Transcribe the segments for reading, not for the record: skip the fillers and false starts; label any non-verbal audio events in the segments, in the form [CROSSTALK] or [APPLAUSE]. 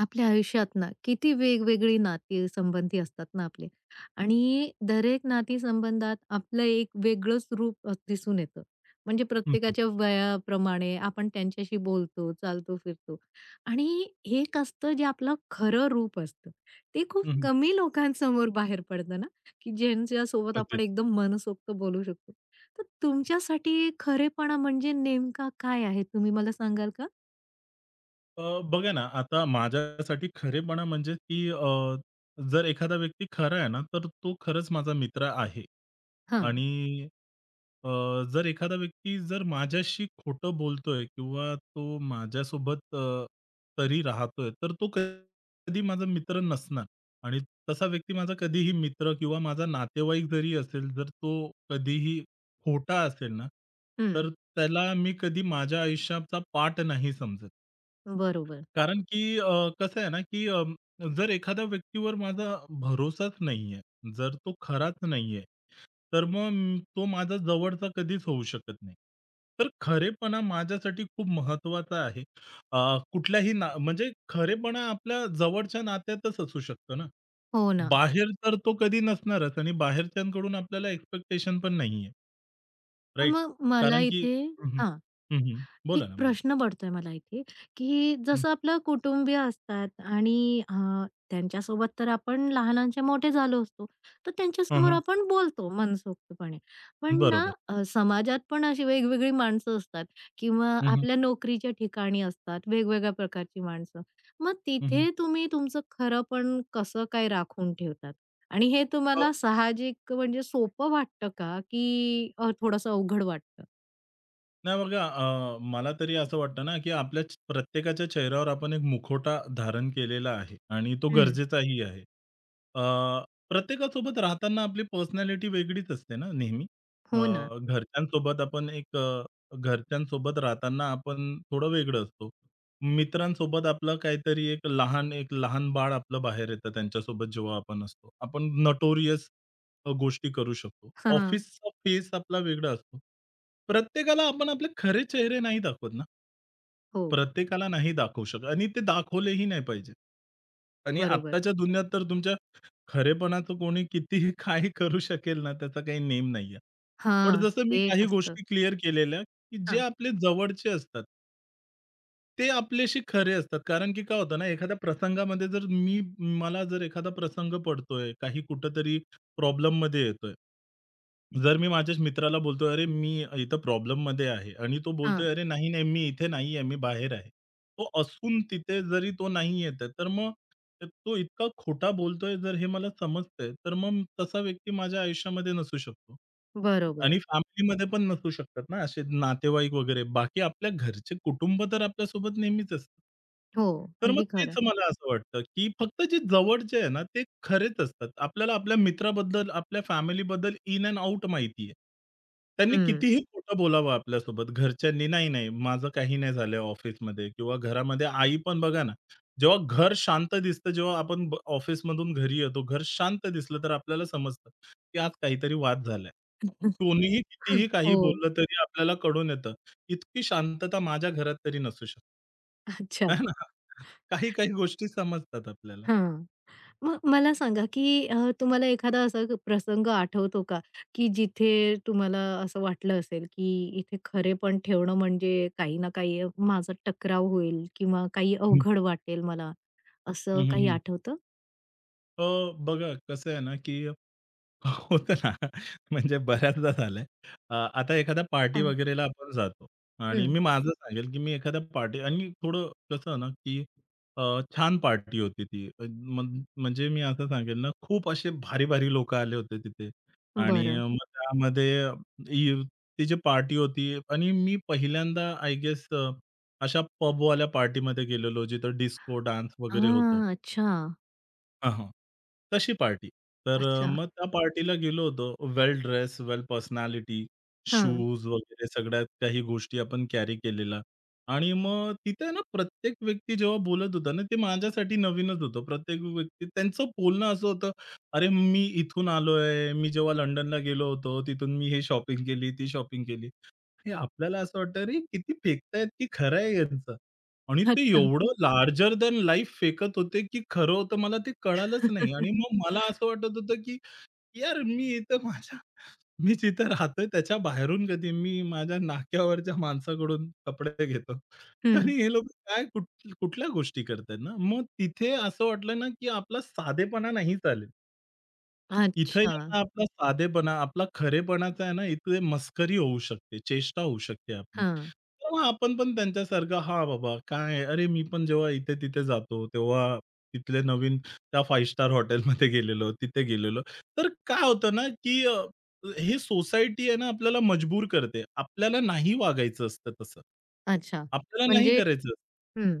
आपल्या आयुष्यात ना किती वेगवेगळी नाती संबंधी असतात ना आपले. आणि दरेक नाती संबंधात आपलं एक वेगळंच रूप दिसून येतं. म्हणजे हं, हं. प्रत्येकाच्या वयाप्रमाणे आपण त्यांच्याशी बोलतो, चालतो, फिरतो. आणि एक असतं जे आपलं खरं रूप असतं. ते खूप हं, हं. कमी लोकांसमोर बाहेर पडतं ना, की ज्यांच्यासोबत आपण अगदीच. एकदम मनसोक्त बोलू शकतो. तर तुमच्यासाठी खरेपणा म्हणजे नेमका काय आहे? तुम्ही मला सांगाल का? अ, बघा ना, आता माझ्यासाठी खरेपणा म्हणजे की जर एखादा व्यक्ती खरा आहे ना, तर तो खरंच माझा मित्र आहे. हां. आणि अ, जर एखादा व्यक्ती जर माझ्याशी खोटं बोलतोय किंवा तो माझ्यासोबत तरी राहतोय, तर तो कधी माझा मित्र नसणार. आणि तसा व्यक्ती माझा कधीही मित्र किंवा माझा नातेवाईक जरी असेल, जर तो कधीही खोटा असेल ना, हं. तर त्याला मी कधी माझ्या आयुष्याचा पार्ट नाही समजत. बरोबर. कारण की कसं आहे ना, की जर एखाद्या व्यक्तीवर माझा भरोसाच नाहीये, जर तो खराच नाहीये, तर मग तो माझा जवळचा कधीच होऊ शकत नाही. तर खरेपणा माझ्यासाठी खूप महत्त्वाचा आहे. कुठल्याही ना म्हणजे खरेपणा आपल्या जवळच्या नात्यातच असू शकतो ना. हो ना. बाहेर तर तो कधी नसणारच आणि बाहेरच्यांकडून आपल्याला एक्स्पेक्टेशन पण नाहीये, पण राइट? मग मला कारण की इथे, हं, हं. हां, बोला एक ना, बोला. प्रश्न पडतोय मला इथे, की हं. जसं आपलं कुटुंबीय असतात आणि त्यांच्यासोबत तर आपण लहानाचे मोठे झालो असतो, तर त्यांच्यासमोर हां, आपण बोलतो मनसोक्तपणे. पण ना, बरोबर. समाजात पण अशी वेगवेगळी माणसं असतात किंवा हं, हं. आपल्या नोकरीच्या ठिकाणी असतात वेगवेगळ्या प्रकारची माणसं. मग तिथे तुम्ही तुमचं खरंपण कसं काय राखून ठेवतात? आणि हे तुम्हाला साहजिक म्हणजे सोपं वाटतं का, की अवघड वाटतं? नाही बघा मला तरी असं वाटतं ना, की आपल्या प्रत्येकाच्या चेहऱ्यावर आपण एक मुखवटा धारण केलेला आहे आणि तो हं. गरजेचाही आहे. अ, प्रत्येकासोबत राहताना आपली पर्सनॅलिटी वेगळीच असते ना नेहमी. अ, हो ना. घरच्यांसोबत आपण एक अ, घरच्यांसोबत राहताना आपण थोडं वेगळं असतो. मित्रांसोबत आपलं काहीतरी एक लहान बाळ आपलं बाहेर येतं त्यांच्यासोबत जेव्हा आपण असतो. आपण नटोरियस गोष्टी करू शकतो. हां, हां. ऑफिसचा फेस आपला वेगळा असतो. प्रत्येकाला आपण आपले खरे चेहरे नाही दाखवत ना. हो, प्रत्येकाला नाही दाखवू शकत आणि ते दाखवलेही नाही पाहिजे. आणि बरोबर. आत्ताच्या दुनियात तर तुमच्या खरेपणाचं कोणी कितीही [LAUGHS] काही करू शकेल ना, त्याचा काही नेम नाहीये. पण हां, जसं मी ते एक काही असतं. गोष्टी क्लिअर केलेल्या, की जे हां, आपले जवळचे असतात, ते आपल्याशी खरे असतात. कारण की काय होतं ना, एखाद्या प्रसंगामध्ये जर मी मला जर एखादा प्रसंग पडतोय, काही कुठेतरी प्रॉब्लेममध्ये येतोय. जर मी माझ्याच मित्राला बोलतोय, "अरे, मी इथं प्रॉब्लेममध्ये आहे" आणि तो हां. बोलतोय, "अरे, नाही, नाही, मी इथे नाही आहे, मी बाहेर आहे." तो असून तिथे जरी तो नाही येत आहे, तर मग तो इतका खोटा बोलतोय, जर हे मला समजतंय, तर मग तसा व्यक्ती माझ्या आयुष्यामध्ये नसू शकतो. बरोबर. आणि फॅमिलीमध्ये पण नसू शकतात ना, असे नातेवाईक वगैरे. बाकी आपल्या घरचे कुटुंब तर आपल्यासोबत नेहमीच असतं. हो, तर मग अगदी तेच खरं. मला असं वाटतं, की फक्त जे जवळचे आहे ना, ते खरेच असतात. आपल्याला आपल्या मित्राबद्दल, आपल्या फॅमिलीबद्दल इन एंड आउट माहिती आहे. त्यांनी हं. कितीही खोटं बोलावं आपल्यासोबत घरच्यांनी, "नाही, नाही, माझं काही नाही झालंय ऑफिसमध्ये" किंवा घरामध्ये आई पण बघा ना, जेव्हा घर शांत दिसतं, जेव्हा आपण ऑफिसमधून घरी येतो, घर शांत दिसलं तर आपल्याला समजतं, की आज काहीतरी वाद झालाय. कोणीही कितीही काही हो. बोललं तरी आपल्याला कळून येतं. इतकी शांतता माझ्या घरात तरी नसू शकते. अच्छा. आहे ना? काही काही गोष्टी समजतात आपल्याला. हां. मग मला सांगा, की तुम्हाला एखादा असा प्रसंग आठवतो का, की जिथे तुम्हाला असं वाटलं असेल, की इथे खरेपण ठेवणं म्हणजे काही ना काही माझा टकराव होईल किंवा काही हं, अवघड वाटेल मला, हं, असं हं, काही हं. आठवतं? अ, बघा कसं आहे ना, की होतं ना. म्हणजे बऱ्याचदा झालंय. आता एखाद्या पार्टी हां. वगैरेला आपण जातो आणि हं. मी माझं सांगेल, की मी एखाद्या पार्टी आणि थोडं कसं ना, की अ, छान पार्टी होती ती. म्हणजे मी असं सांगेल ना, खूप असे भारी-भारी लोकं आले होते तिथे आणि बरं. मग त्यामध्ये ई ती जी पार्टी होती आणि मी पहिल्यांदा आय गेस अशा पबवाल्या पार्टीमध्ये गेलेलो, जिथं डिस्को डान्स वगैरे होतो. हां, अच्छा. हां, हां. तशी पार्टी. तर अच्छा. मग त्या पार्टीला गेलो होतो. वेल ड्रेस, वेल पर्सनॅलिटी, हां. शूज वगैरे सगळ्यात काही गोष्टी आपण कॅरी केलेल्या आणि मग तिथे ना प्रत्येक व्यक्ती जेव्हा बोलत होता ना, ते माझ्यासाठी नवीनच होतं. प्रत्येक व्यक्ती त्यांचं बोलणं असं होतं, "अरे, मी इथून आलोय. मी जेव्हा लंडनला गेलो होतो, तिथून मी हे शॉपिंग केली, ती शॉपिंग केली." ते आपल्याला असं वाटतं, "अरे, किती फेकतायत की खरं आहे यांचं." आणि ते हो अच्छा. एवढं लार्जर दॅन लाईफ फेकत होते, की खरं होतं मला ते कळालंच नाही. आणि [LAUGHS] मग मला असं वाटत होतं, की यार मी इथं माझ्या मी जिथं राहतोय त्याच्या बाहेरून कधी मी माझ्या नाक्यावरच्या माणसाकडून कपडे घेतो. हं. आणि हे लोकं काय कुठल्या गोष्टी करतायत ना. मग तिथे असं वाटलं ना, की आपला साधेपणा नाही चालेल. इथं अच्छा. यांना आपला साधेपणा, आपला खरेपणाचा आहे ना, इथे मस्करी होऊ शकते, चेष्टा होऊ शकते आपली. हां. तेव्हा आपण पण त्यांच्यासारखं, "हां, बाबा काय आहे? अरे, मी पण जेव्हा इथे-तिथे जातो, तेव्हा तिथले नवीन त्या 5 स्टार हॉटेलमध्ये गेलेलो, तिथे गेलेलो." तर काय होतं ना, की हे सोसायटी आहे ना, आपल्याला मजबूर करते. आपल्याला नाही वागायचं असतं तसं. अच्छा. आपल्याला नाही म्हणजे, करायचं. हं,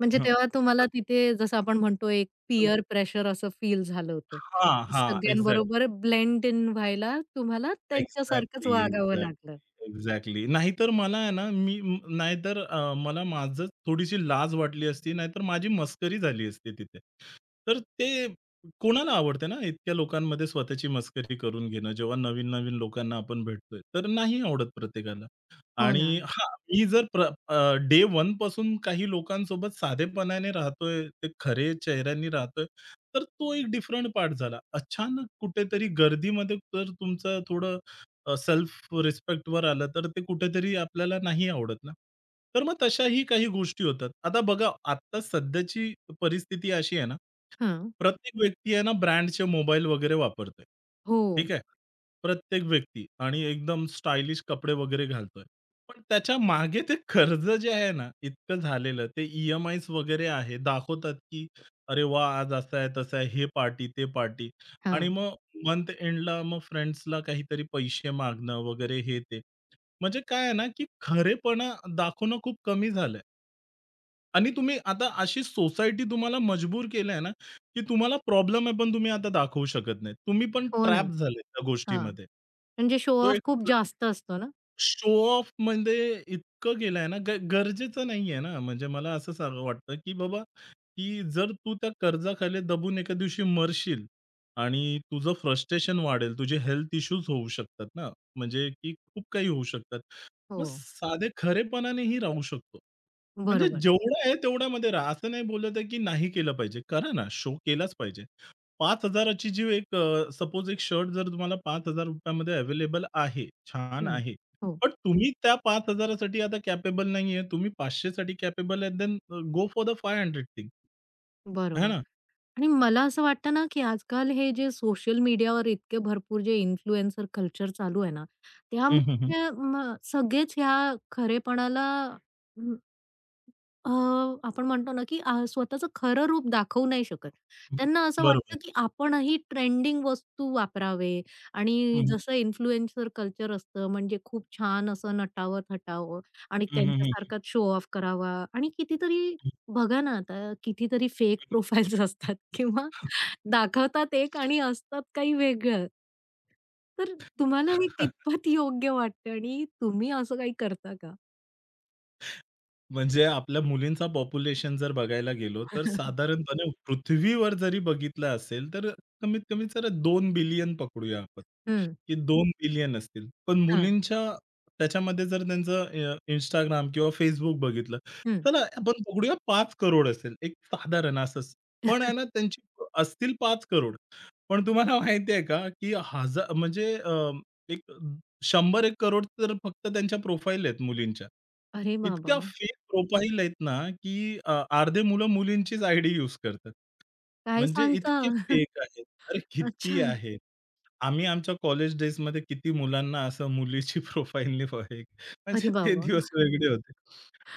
म्हणजे हां. तेव्हा तुम्हाला तर तिथे जसं आपण म्हणतो एक पीअर प्रेशर असं फील झालं होतं. हां, की हां. सगळ्यांबरोबर ब्लेंड इन व्हायला तुम्हाला त्यांच्यासारखंच एक्झॅक्टली, वागावं लागलं. Exactly, exactly. नाहीतर मला आहे ना, नाहीतर मला माझंच थोडीशी लाज वाटली असती, नाहीतर माझी मस्करी झाली असती तिथे. तर ते कोणाला आवडते ना, इतक्या लोकांमध्ये स्वतःची मस्करी करून घेणं, जेव्हा नवीन-नवीन लोकांना आपण भेटतोय, तर नाही आवडत प्रत्येकाला. हो ना. आणि हां, मी जर डे 1 पासून काही लोकांसोबत साधेपणाने राहतोय, ते खरे चेहऱ्यांनी राहतोय, तर तो एक डिफरंट पार्ट झाला. अचानक कुठेतरी गर्दीमध्ये तर तुमचं थोडं सेल्फ रिस्पेक्टवर आलं, तर ते कुठेतरी आपल्याला नाही आवडत ना. तर मग तशाही काही गोष्टी होतात. आता बघा, आता सध्याची परिस्थिती अशी आहे ना, हां. प्रत्येक व्यक्ती आहे ना, ब्रँडचे मोबाईल वगैरे वापरतोय. हो. ठीक आहे. प्रत्येक व्यक्ती आणि एकदम स्टायलिश कपडे वगैरे घालतोय. पण त्याच्या मागे ते कर्ज जे आहे ना, इतकं झालेलं. ते ई-एम-आयज वगैरे आहे. दाखवतात, की "अरे वा आज असं आहे, तसं आहे, हे पार्टी, ते पार्टी" आणि हां. मग मंथ एंडला मग फ्रेंड्सला काहीतरी पैसे मागणं वगैरे हे ते. म्हणजे काय आहे ना, की खरेपणा दाखवणं खूप कमी झालंय. आणि तुम्ही आता अशी सोसायटी तुम्हाला मजबूर केलंय ना, की तुम्हाला प्रॉब्लेम आहे, पण तुम्ही आता दाखवू शकत नाही. तुम्ही पण हो ना. ट्रॅप झाले त्या हां. गोष्टीमध्ये. म्हणजे शो तो ऑफ एक खूप जास्त असतो ना. शो ऑफ म्हणजे इतकं गेलाय ना, गरजेचं नाहीये ना. म्हणजे मला असं वाटतं, की बाबा, की जर तू त्या कर्जाखाली दबून एका दिवशी मरशील आणि तुझं फ्रस्ट्रेशन वाढेल, तुझे हेल्थ इश्यूज होऊ शकतात ना, म्हणजे की खूप काही होऊ शकतात. हो. मग साधे खरेपणानेही राहू शकतो. म्हणजे बरोबर. जेवढं आहे तेवढ्यामध्ये राहा. असं नाही बोलत आहे, की नाही केलं पाहिजे. करा ना, शो केलाच पाहिजे. 5,000 ची जी एक सपोज एक शर्ट जर तुम्हाला ₹5,000 मध्ये अवेलेबल आहे, छान हं. आहे. हो. पण तुम्ही त्या 5,000 साठी आता कॅपेबल नाहीये. तुम्ही 500 साठी कॅपेबल आहे, then go for the 500 thing, है बरोबर. ना? आणि मला असं वाटतं ना, की आजकाल हे जे सोशल मीडियावर इतके भरपूर जे इन्फ्लुएन्सर कल्चर चालू आहे ना, हं, हं, हं. त्यामुळे सगळेच ह्या खरेपणाला, अ, आपण म्हणतो ना, की स्वतःचं खरं रूप दाखवू नाही शकत. त्यांना असं बरोबर. वाटतं, की आपणही ट्रेंडिंग वस्तू वापरावे हं, आणि हं. जसं इन्फ्लुएन्सर कल्चर असतं, म्हणजे खूप छान असं नटावं-थटावं आणि हं, हं, हं. त्यांच्यासारखाच शो ऑफ करावा आणि कितीतरी, बघा ना, आता कितीतरी फेक प्रोफाइल्स [LAUGHS] असतात किंवा दाखवतात एक आणि असतात काही वेगळं. तर तुम्हाला हे कितपत योग्य वाटतं आणि तुम्ही असं काही करता का? म्हणजे आपल्या मुलींचा पॉप्युलेशन जर बघायला गेलो, तर [LAUGHS] साधारणपणे पृथ्वीवर जरी बघितलं असेल, तर कमीत कमी जरा 2 बिलियन पकडूया आपण. हं, की 2 बिलियन असतील. पण हां, मुलींच्या त्याच्यामध्ये जर त्यांचं इंस्टाग्राम Instagram किंवा Facebook बघितलं, हं. चला आपण पकडूया 5 करोड असेल, एक साधारण असंच. पण आहे ना त्यांची असतील 5 करोड. पण तुम्हाला माहिती आहे का, की हजार म्हणजे एक 100-1 करोड तर फक्त त्यांच्या प्रोफाइल आहेत मुलींच्या. अरे बाबा! इतक्या फेक प्रोफाइल आहेत ना, की अर्धे मुलं मुलींचीच आयडी यूज करतात. काय म्हणजे सांगता? इतके [LAUGHS] फेक आहेत. अरे किती अच्छा. आहेत. आम्ही आमच्या कॉलेज डेजमध्ये किती मुलांना असं मुलीची [LAUGHS] प्रोफाईलनी हे अरे म्हणजे ते बाबा! दिवस वेगळे होते.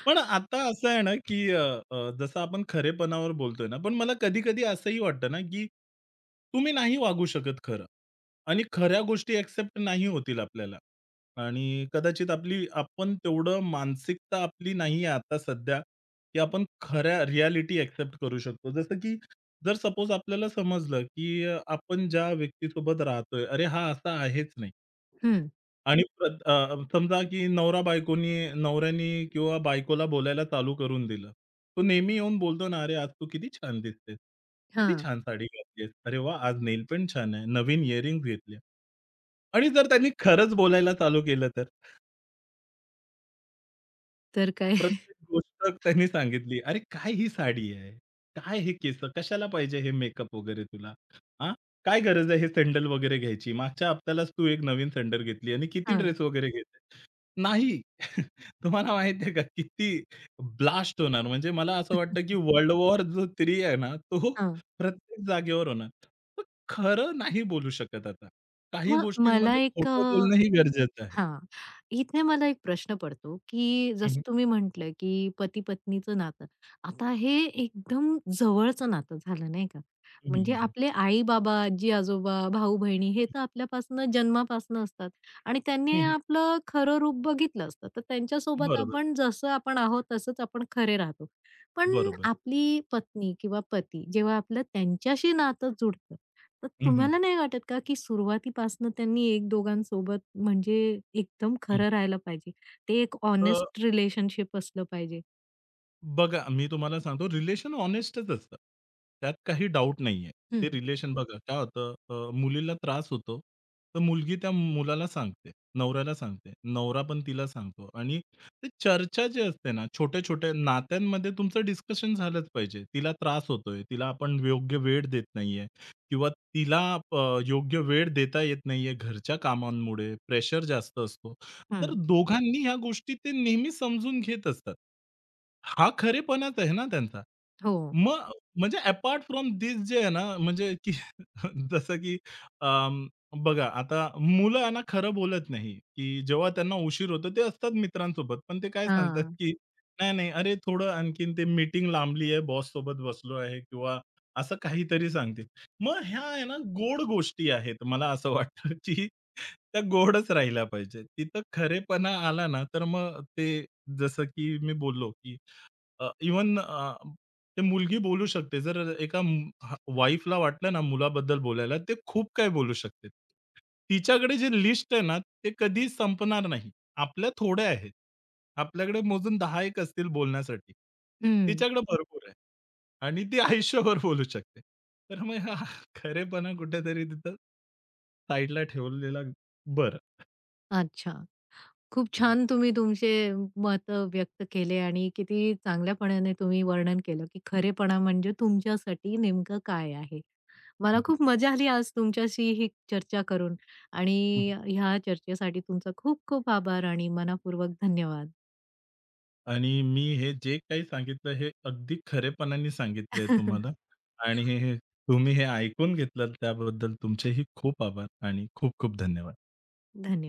पण आता असं आहे ना, की अ, अ, जसं आपण खरेपणावर बोलतोय ना, पण मला कधी-कधी असंही वाटतं ना, की तुम्ही नाही वागू शकत खरं आणि खऱ्या गोष्टी एक्सेप्ट नाही होतील आपल्याला आणि कदाचित आपली आपण तेवढं मानसिकता आपली नाही आहे आता सध्या, की आपण खऱ्या रिॲलिटी एक्सेप्ट करू शकतो. जसं की जर सपोज आपल्याला समजलं, की आपण ज्या व्यक्तीसोबत राहतोय, अरे हा असा आहेच नाही हं. आणि समजा की नवरा बायकोनी नवऱ्यानी किंवा बायकोला बोलायला चालू करून दिलं. तो नेहमी येऊन बोलतो ना, "अरे आज तू किती छान दिसते, किती हां. छान साडी घातलीयेस. अरे वाह! आज नेलपेंट छान आहे. नवीन इयरिंग्ज घेतले." आणि जर त्यांनी खरंच बोलायला चालू केलं तर? तर काय? प्रत्येक [LAUGHS] गोष्ट त्यांनी सांगितली. "अरे, काय ही साडी आहे? काय हे केसं? कशाला पाहिजे हे मेकअप वगैरे तुला? हां, काय गरज आहे हे सॅडल वगैरे घ्यायची? मागच्या हप्त्यालाच तू एक नवीन सॅडल घेतली आणि किती हां. ड्रेस वगैरे घेते." नाही. [LAUGHS] तुम्हाला माहिती आहे का किती ब्लास्ट होणार. म्हणजे मला असं वाटतं की वर्ल्ड वॉर जो 3 आहे ना, तो हां. प्रत्येक जागेवर होणार. तर खरं नाही बोलू शकत आता. काही मग मला गोष्टींमध्ये एक, खोटं बोलणंही गरजेचं आहे. हां, इथे मला एक प्रश्न पडतो, की हं, हं. जसं तुम्ही म्हटलं, की पती-पत्नीचं नातं. आता हे एकदम जवळचं नातं झालं नाही का? हं, म्हणजे हं, हं. आपले आई-बाबा, आजी-आजोबा, भाऊ-बहिणी हे तर आपल्यापासनं जन्मापासनं असतात आणि त्यांनी आपलं खरं रूप बघितलं असतं. तर त्यांच्यासोबत बरोबर, आपण जसं आपण आहोत तसंच आपण खरे राहतो. पण बरोबर. आपली पत्नी किंवा पती जेव्हा आपलं त्यांच्याशी नातं जुडतं, तर हं, हं. तुम्हाला नाही वाटत का, की सुरुवातीपासनं त्यांनी एक दोघांसोबत म्हणजे एकदम हं. खरं राहायला पाहिजे. ते एक अ, हॉनेस्ट रिलेशनशिप असलं पाहिजे? बघा मी तुम्हाला सांगतो रिलेशन हॉनेस्टच असतं. त्यात काही डाउट नाहीये. ते हं, रिलेशन बघा काय होतं मुलीला त्रास होतो. तर मुलगी त्या मुलाला सांगते, नवऱ्याला सांगते. नवरा पण तिला सांगतो आणि ते चर्चा जी असते ना, छोट्या-छोट्या नात्यांमध्ये तुमचं डिस्कशन झालंच पाहिजे. तिला त्रास होतोय, तिला आपण योग्य वेळ देत नाहीये किंवा तिला योग्य वेळ देता येत नाहीये घरच्या कामांमुळे, प्रेशर जास्त असतो. तर हं. दोघांनी ह्या गोष्टी ते नेहमी समजून घेत असतात. हा खरेपणाच आहे ना त्यांचा. हो. मग म्हणजे अपार्ट फ्रॉम दिस जे आहे ना, म्हणजे की [LAUGHS] जसं की अं, बघा आता मुलं आहे ना खरं बोलत नाही, की जेव्हा त्यांना उशीर होतो ते असतात मित्रांसोबत. पण ते काय सांगतात, हां. की नाही, नाही, "अरे थोडं आणखीन ते मीटिंग लांबली आहे, बॉससोबत बसलो आहे" किंवा असं काहीतरी सांगतील. मग ह्या आहे ना, गोड गोष्टी आहेत. मला असं वाटतं, की त्या गोडच राहिल्या पाहिजेत. तिथं खरेपणा आला ना, तर मग ते जसं की मी बोललो, की इवन ते मुलगी बोलू शकते. जर एका वाईफला वाटलं ना मुलाबद्दल बोलायला, ते खूप काय बोलू शकते. तिच्याकडे जे लिस्ट आहे ना, ते कधी संपणार नाही. आपल्या थोड्या आहेत. आपल्याकडे मोजून 10-1 असतील बोलण्यासाठी. हं. तिच्याकडे भरपूर आहे. आणि ती आयुष्यभर बोलू शकते. तर मग हा खरेपणा कुठेतरी तिथं साइडला ठेवलेला बरं. अच्छा. खूप हं, छान तुम्ही तुमचे मतं व्यक्त केले आणि किती चांगल्यापणाने तुम्ही वर्णन केलं, की खरेपणा म्हणजे तुमच्यासाठी नेमकं काय आहे. मला खूप मजा आली आज तुमच्याशी ही चर्चा करून आणि ह्या चर्चेसाठी तुमचा खूप खूप आभार आणि मनःपूर्वक धन्यवाद. आणि मी हे जे काही सांगितलं हे अगदी खरेपणाने सांगितलंय तुम्हाला [LAUGHS] आणि हे हे तुम्ही हे ऐकून घेतलात त्याबद्दल तुमचेही खूप आभार आणि खूप खूप धन्यवाद. धन्यवाद.